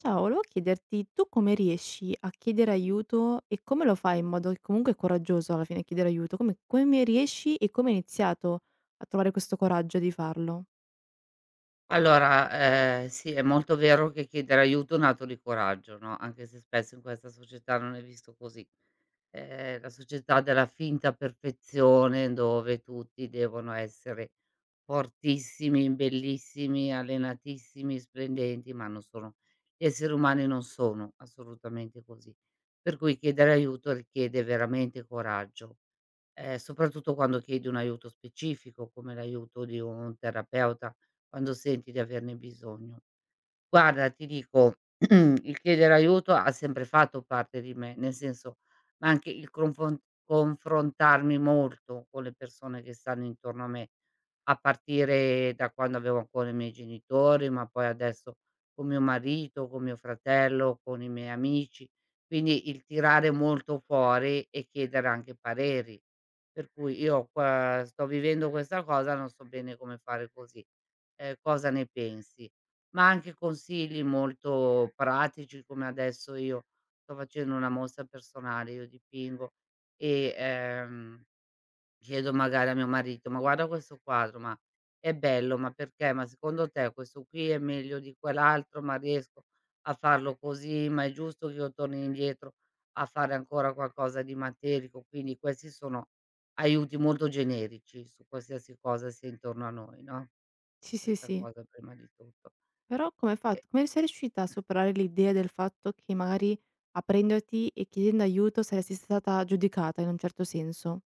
Ciao, volevo chiederti tu come riesci a chiedere aiuto e come lo fai, in modo che comunque è coraggioso alla fine chiedere aiuto. Come riesci e come hai iniziato a trovare questo coraggio di farlo? Allora, sì, è molto vero che chiedere aiuto è un atto di coraggio, no, anche se spesso in questa società non è visto così. La società della finta perfezione dove tutti devono essere fortissimi, bellissimi, allenatissimi, splendenti, ma non sono gli esseri umani non sono assolutamente così. Per cui chiedere aiuto richiede veramente coraggio. Soprattutto quando chiedi un aiuto specifico, come l'aiuto di un terapeuta, quando senti di averne bisogno. Guarda, ti dico, il chiedere aiuto ha sempre fatto parte di me, nel senso, ma anche il confrontarmi molto con le persone che stanno intorno a me. A partire da quando avevo ancora i miei genitori, ma poi adesso con mio marito, con mio fratello, con i miei amici. Quindi il tirare molto fuori e chiedere anche pareri. Per cui io qua sto vivendo questa cosa, non so bene come fare così. Cosa ne pensi? Ma anche consigli molto pratici, come adesso io sto facendo una mostra personale, io dipingo e, chiedo magari a mio marito: "Ma guarda questo quadro, ma è bello, ma perché? Ma secondo te questo qui è meglio di quell'altro? Ma riesco a farlo così? Ma è giusto che io torni indietro a fare ancora qualcosa di materico?" Quindi questi sono aiuti molto generici su qualsiasi cosa sia intorno a noi, no, Sì, sì, questa sì. cosa prima di tutto. Però come hai E fatto, come sei riuscita a superare l'idea del fatto che magari aprendoti e chiedendo aiuto saresti stata giudicata in un certo senso?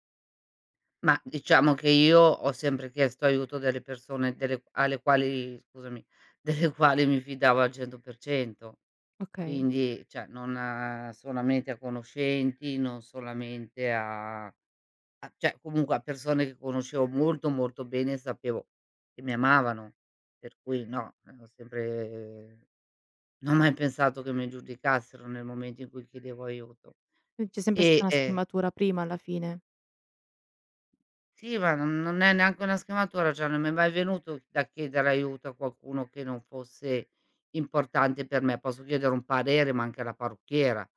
ma diciamo che io ho sempre chiesto aiuto delle persone delle alle quali, scusami, delle quali mi fidavo al 100%. Okay. Quindi, cioè non a solamente a conoscenti, non solamente a comunque a persone che conoscevo molto, molto bene e sapevo che mi amavano, per cui no, ho sempre, non ho mai pensato che mi giudicassero nel momento in cui chiedevo aiuto. Quindi c'è sempre stata E, una ehm scrematura prima alla fine. sì, ma non è neanche una scrematura, cioè non mi è mai venuto da chiedere aiuto a qualcuno che non fosse importante per me. Posso chiedere un parere, ma anche alla parrucchiera.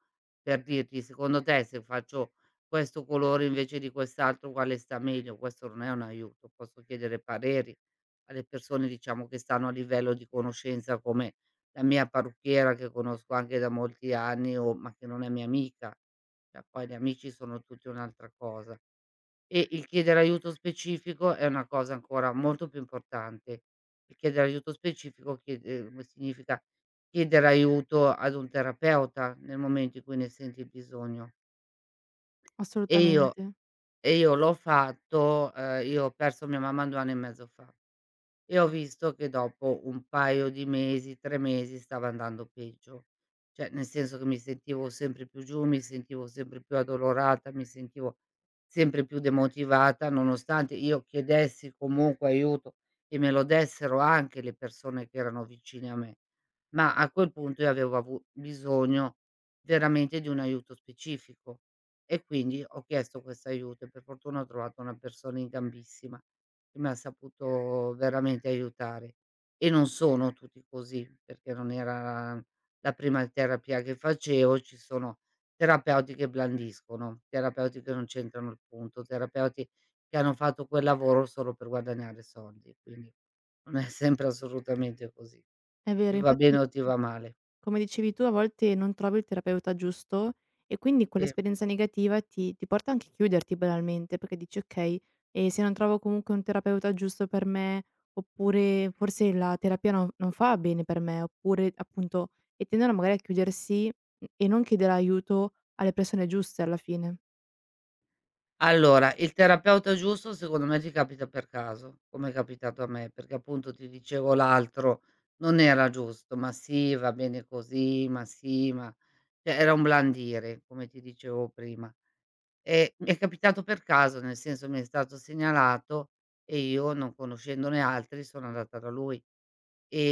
Per dirti, secondo te se faccio questo colore invece di quest'altro quale sta meglio? Questo non è un aiuto, posso chiedere pareri alle persone, diciamo, che stanno a livello di conoscenza come la mia parrucchiera che conosco anche da molti anni, o ma che non è mia amica. Cioè poi gli amici sono tutti un'altra cosa. E il chiedere aiuto specifico è una cosa ancora molto più importante. Il chiedere aiuto specifico chied significa chiedere aiuto ad un terapeuta nel momento in cui ne senti il bisogno. E io Assolutamente. e io l'ho fatto, io ho perso mia mamma 2 anni e mezzo fa. E ho visto che dopo un paio di mesi, 3 mesi, stava andando peggio. Cioè, nel senso che mi sentivo sempre più giù, mi sentivo sempre più addolorata, mi sentivo sempre più demotivata, nonostante io chiedessi comunque aiuto e me lo dessero anche le persone che erano vicine a me. Ma a quel punto io avevo avu bisogno veramente di un aiuto specifico e quindi ho chiesto questo aiuto e per fortuna ho trovato una persona in gambissima che m'ha saputo veramente aiutare. E non sono tutti così, perché non era la prima terapia che facevo, ci sono terapeuti che blandiscono, terapeuti che non c'entrano il punto, terapeuti che hanno fatto quel lavoro solo per guadagnare soldi, quindi non è sempre assolutamente così. È Ti vero, va infatti. bene o ti va male. Come dicevi tu, a volte non trovi il terapeuta giusto e quindi Sì. quell'esperienza negativa ti porta anche a chiuderti banalmente, perché dici: "Okay, se non trovo comunque un terapeuta giusto per me, oppure forse la terapia non fa bene per me", oppure appunto e tendono magari a chiudersi, mhmm, e non chiedere aiuto alle persone giuste alla fine. Allora, il terapeuta giusto secondo me ti capita per caso, come è capitato a me, perché appunto ti dicevo l'altro non era giusto, ma sì, va bene così, ma sì, ma cioè era un blandire, come ti dicevo prima. È capitato per caso, nel senso mi è stato segnalato e io, non conoscendone altri, sono andata da lui. E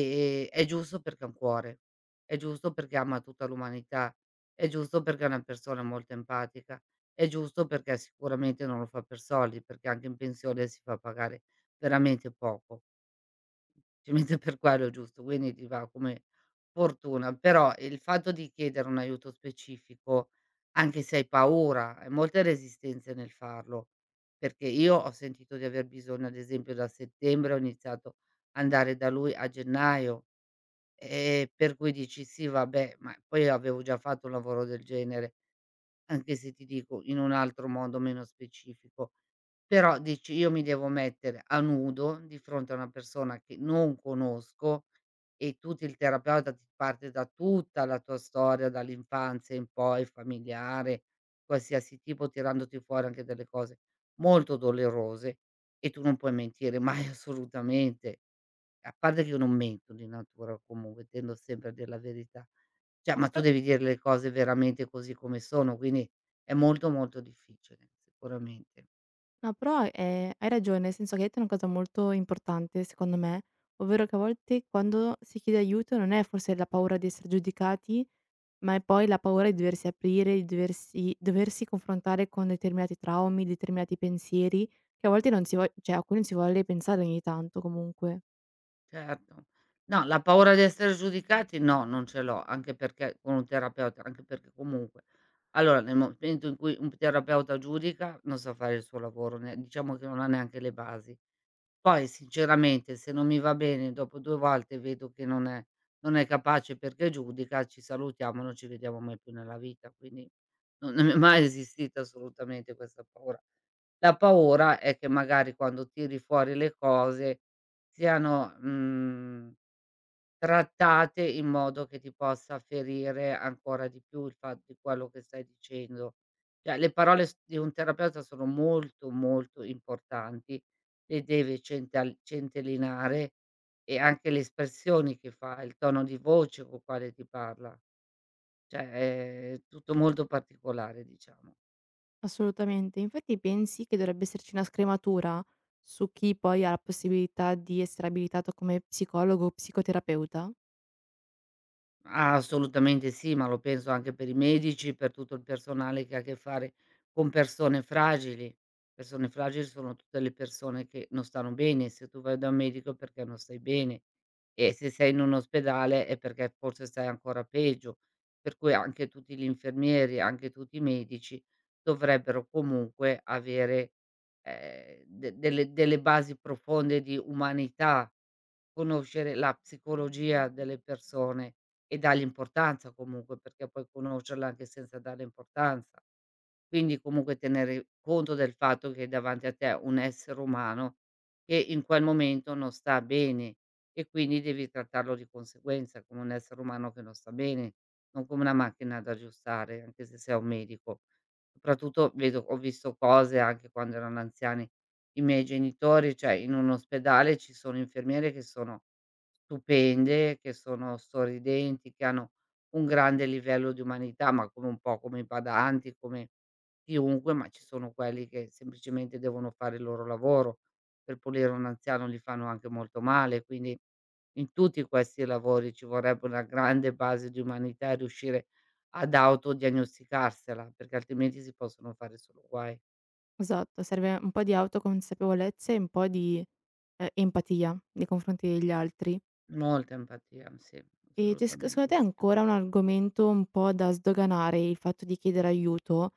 e è giusto perché ha un cuore, è giusto perché ama tutta l'umanità, è giusto perché è una persona molto empatica, è giusto perché sicuramente non lo fa per soldi, perché anche in pensione si fa pagare veramente poco. Ci mette per quello, giusto, quindi ti va come fortuna. Però il fatto di chiedere un aiuto specifico, anche se hai paura, hai molte resistenze nel farlo, perché io ho sentito di aver bisogno, ad esempio da settembre ho iniziato ad andare da lui a gennaio, per cui dici: "Sì vabbè", ma poi avevo già fatto un lavoro del genere. Anche se ti dico in un altro modo meno specifico. Però dici: "Io mi devo mettere a nudo di fronte a una persona che non conosco" e tu ti il terapeuta ti parte da tutta la tua storia, dall'infanzia in poi, familiare, qualsiasi tipo, tirandoti fuori anche delle cose molto dolorose, e tu non puoi mentire mai assolutamente. A parte che io non mento di natura comunque, tendo sempre a dir la verità. Cioè, ma tu devi dire le cose veramente così come sono, quindi è molto, molto difficile sicuramente. No, però, hai ragione, nel senso che hai detto una cosa molto importante secondo me, ovvero che a volte quando si chiede aiuto non è forse la paura di essere giudicati, ma è poi la paura di doversi aprire, di doversi confrontare con determinati traumi, determinati pensieri, che a volte non si vog, cioè a cui non si vuole pensare ogni tanto comunque. Certo. No, la paura di essere giudicati no, non ce l'ho, anche perché con un terapeuta, anche perché comunque allora nel momento in cui un terapeuta giudica non sa fare il suo lavoro, ne diciamo che non ha neanche le basi. Poi sinceramente se non mi va bene dopo 2 volte vedo che non è capace perché giudica, ci salutiamo, non ci vediamo mai più nella vita, quindi non è mai esistita assolutamente questa paura. La paura è che magari quando tiri fuori le cose siano, mhmm trattate in modo che ti possa ferire ancora di più il fatto di quello che stai dicendo. Cioè le parole s di un terapeuta sono molto, molto importanti, le deve cental centellinare, e anche le espressioni che fa, il tono di voce con quale ti parla. Cioè è tutto molto particolare, diciamo. Assolutamente. Infatti pensi che dovrebbe esserci una scrematura su chi poi ha la possibilità di essere abilitato come psicologo o psicoterapeuta? Assolutamente sì, ma lo penso anche per i medici, per tutto il personale che ha a che fare con persone fragili. Persone fragili sono tutte le persone che non stanno bene, se tu vai da un medico è perché non stai bene e se sei in un ospedale è perché forse stai ancora peggio. Per cui anche tutti gli infermieri, anche tutti i medici dovrebbero comunque avere, de delle basi profonde di umanità. Conoscere la psicologia delle persone e dargli importanza comunque, perché puoi conoscerla anche senza darle importanza. Quindi comunque tenere conto del fatto che hai davanti a te un essere umano che in quel momento non sta bene e quindi devi trattarlo di conseguenza, come un essere umano che non sta bene, non come una macchina da aggiustare, anche se sei un medico. Soprattutto vedo ho visto cose anche quando erano anziani i miei genitori, cioè in un ospedale ci sono infermiere che sono stupende, che sono sorridenti, che hanno un grande livello di umanità, ma come un po' come i badanti, come chiunque, ma ci sono quelli che semplicemente devono fare il loro lavoro. Per pulire un anziano li fanno anche molto male, quindi in tutti questi lavori ci vorrebbe una grande base di umanità e riuscire ad autodiagnosticarsela, perché altrimenti si possono fare solo guai. Esatto, serve un po' di autoconsapevolezza e un po' di, empatia nei confronti degli altri. Molta empatia, sì, E c'è secondo assolutamente te sì. ancora un argomento un po' da sdoganare, il fatto di chiedere aiuto,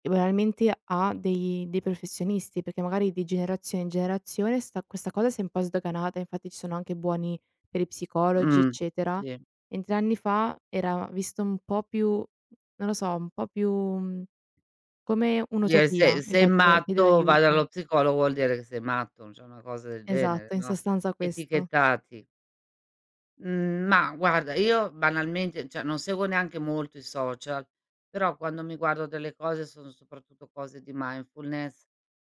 e banalmente a dei professionisti, perché magari di generazione in generazione sta questa cosa si è un po' sdoganata, infatti ci sono anche buoni per i psicologi, Mh, eccetera. sì. Mentre anni fa era visto un po' più, non lo so, un po' più, mhmm, come Dire: un'utopia "Se il sei fatto di chiedere matto, vai aiuto. dallo psicologo", vuol dire che sei matto, cioè una cosa del genere, Esatto, in no, sostanza questo. etichettati. Mhmm, ma guarda, io banalmente, cioè non seguo neanche molto i social, però quando mi guardo delle cose sono soprattutto cose di mindfulness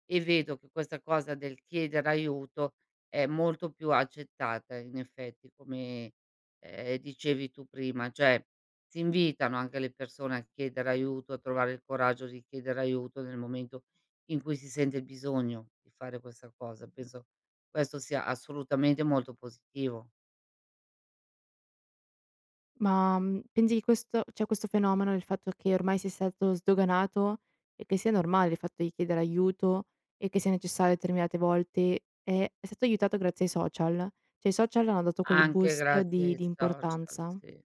e vedo che questa cosa del chiedere aiuto è molto più accettata in effetti come, dicevi tu prima, cioè si invitano anche le persone a chiedere aiuto, a trovare il coraggio di chiedere aiuto nel momento in cui si sente il bisogno di fare questa cosa. Penso questo sia assolutamente molto positivo. Ma, mhmm, pensi che questo fenomeno, il fatto che ormai sia stato sdoganato e che sia normale il fatto di chiedere aiuto e che sia necessario determinate volte, è stato aiutato grazie ai social? Cioè i social hanno dato quel Anche boost grazie di ai di social, importanza. sì.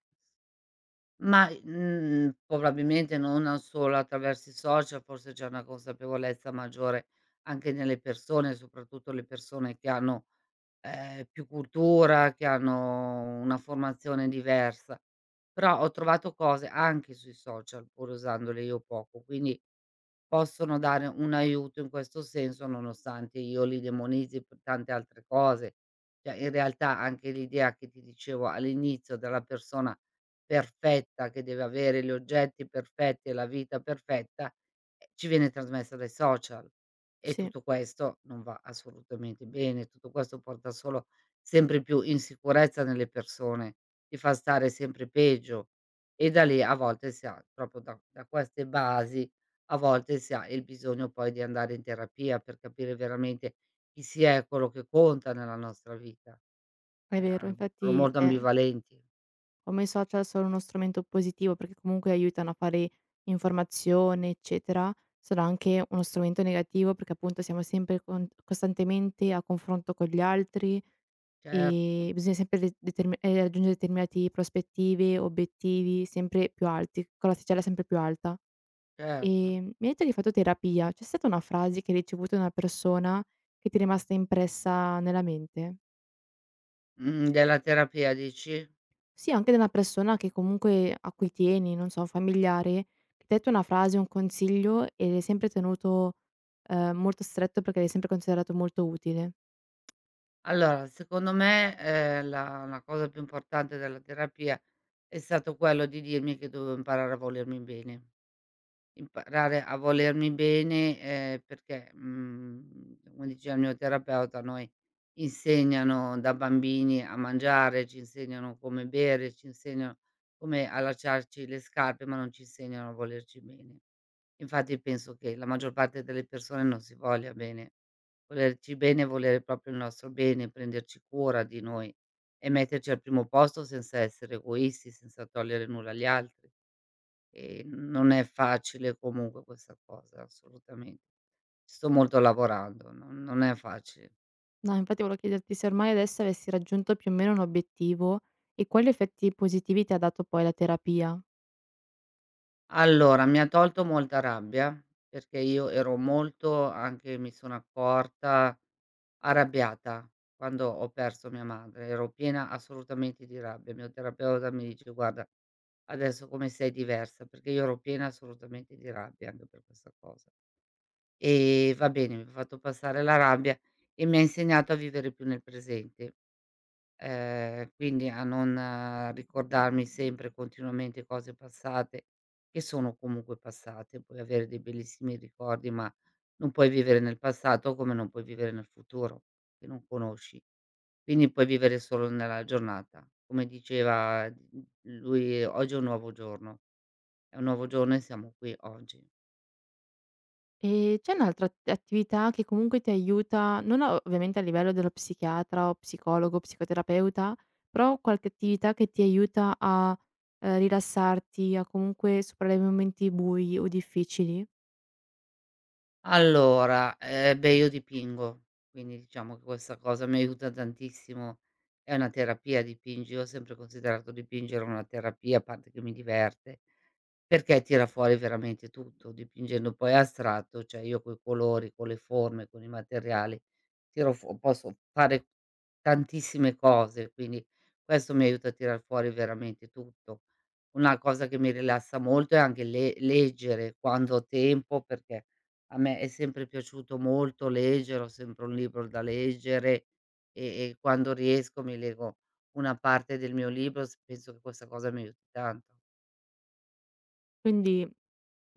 Probabilmente non solo attraverso i social, forse c'è una consapevolezza maggiore anche nelle persone, soprattutto le persone che hanno, più cultura, che hanno una formazione diversa. Però ho trovato cose anche sui social, pur usandole io poco, quindi possono dare un aiuto in questo senso, nonostante io li demonizzi per tante altre cose. Cioè, in realtà anche l'idea che ti dicevo all'inizio della persona perfetta, che deve avere gli oggetti perfetti e la vita perfetta, ci viene trasmessa dai social e Sì, tutto questo non va assolutamente bene, tutto questo porta solo sempre più insicurezza nelle persone, ti fa stare sempre peggio e da lì a volte si ha proprio da queste basi a volte si ha il bisogno poi di andare in terapia per capire veramente chi si è, quello che conta nella nostra vita. è Cioè, vero, sono infatti, molto cioè. ambivalenti. Come i social sono uno strumento positivo perché comunque aiutano a fare informazione, eccetera, sono anche uno strumento negativo perché appunto siamo sempre costantemente a confronto con gli altri Certo, e bisogna sempre raggiungere determinati prospettive, obiettivi sempre più alti, con la sticella sempre più alta. E certo. mi hai detto che hai fatto terapia, c'è stata una frase che hai ricevuto da una persona che ti è rimasta impressa nella mente? Della terapia dici? Sì, anche da una persona che comunque a cui tieni, non so, un familiare, che t'ha detto una frase, un consiglio e l'hai sempre tenuto, molto stretto perché l'hai sempre considerato molto utile. Allora, secondo me, la cosa più importante della terapia è stato quello di dirmi che dovevo imparare a volermi bene. Imparare a volermi bene, perché, come diceva il mio terapeuta, a noi insegnano da bambini a mangiare, ci insegnano come bere, ci insegnano come allacciarci le scarpe, ma non ci insegnano a volerci bene. Infatti penso che la maggior parte delle persone non si voglia bene. Volerci bene è volere proprio il nostro bene, prenderci cura di noi e metterci al primo posto senza essere egoisti, senza togliere nulla agli altri. Non è facile comunque questa cosa, assolutamen ci sto molto lavorando, non è facile. No, infatti volevo chiederti se ormai adesso avessi raggiunto più o meno un obiettivo e quali effetti positivi ti ha dato poi la terapia. Allora, mi ha tolto molta rabbia, perché io ero molto, anche mi sono accorta, arrabbiata quando ho perso mia madre, ero piena assolutamente di rabbia. Il mio terapeuta mi dice: "Guarda, adesso come sei diversa", perché io ero piena assolutamente di rabbia anche per questa cosa. E va bene, mi ha fatto passare la rabbia e mi ha insegnato a vivere più nel presente. Quindi a non ricordarmi sempre continuamente cose passate, che sono comunque passate. Puoi avere dei bellissimi ricordi, ma non puoi vivere nel passato, come non puoi vivere nel futuro, che non conosci. Quindi puoi vivere solo nella giornata. Come diceva, lui: "Oggi è un nuovo giorno". È un nuovo giorno e siamo qui oggi. E c'è un'altra at attività che comunque ti aiuta, non a ovviamente a livello dello psichiatra o psicologo, psicoterapeuta, però qualche attività che ti aiuta a, rilassarti, a comunque superare i momenti bui o difficili? Allora, beh, io dipingo, quindi diciamo che questa cosa mi aiuta tantissimo, è una terapia, dipingi io ho sempre considerato dipingere una terapia, a parte che mi diverte, perché tira fuori veramente tutto, dipingendo poi astratto, cioè io coi colori, con le forme, con i materiali Tiro fu posso fare tantissime cose, quindi questo mi aiuta a tirar fuori veramente tutto. Una cosa che mi rilassa molto è anche le leggere quando ho tempo, perché a me è sempre piaciuto molto leggere, ho sempre un libro da leggere e quando riesco mi leggo una parte del mio libro, s penso che questa cosa mi aiuti tanto. Quindi,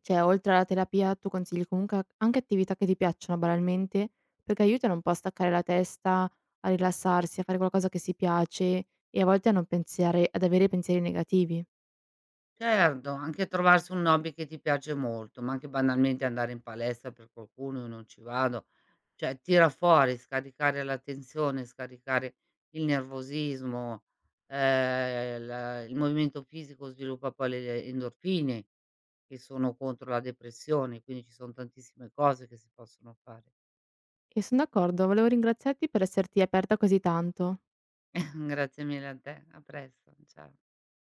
cioè oltre alla terapia tu consigli comunque a anche attività che ti piacciono banalmente, perché aiutano un po' a staccare la testa, a rilassarsi, a fare qualcosa che si piace e a volte a non pensare ad avere pensieri negativi. Certo, anche trovarsi un hobby che ti piace molto, ma anche banalmente andare in palestra, per qualcuno, io non ci vado, cioè tira fuori, scaricare la tensione, scaricare il nervosismo, la il movimento fisico sviluppa poi le endorfine che sono contro la depressione, quindi ci son tantissime cose che si possono fare. E son d'accordo, volevo ringraziarti per esserti aperta così tanto. Grazie mille a te, a presto, ciao.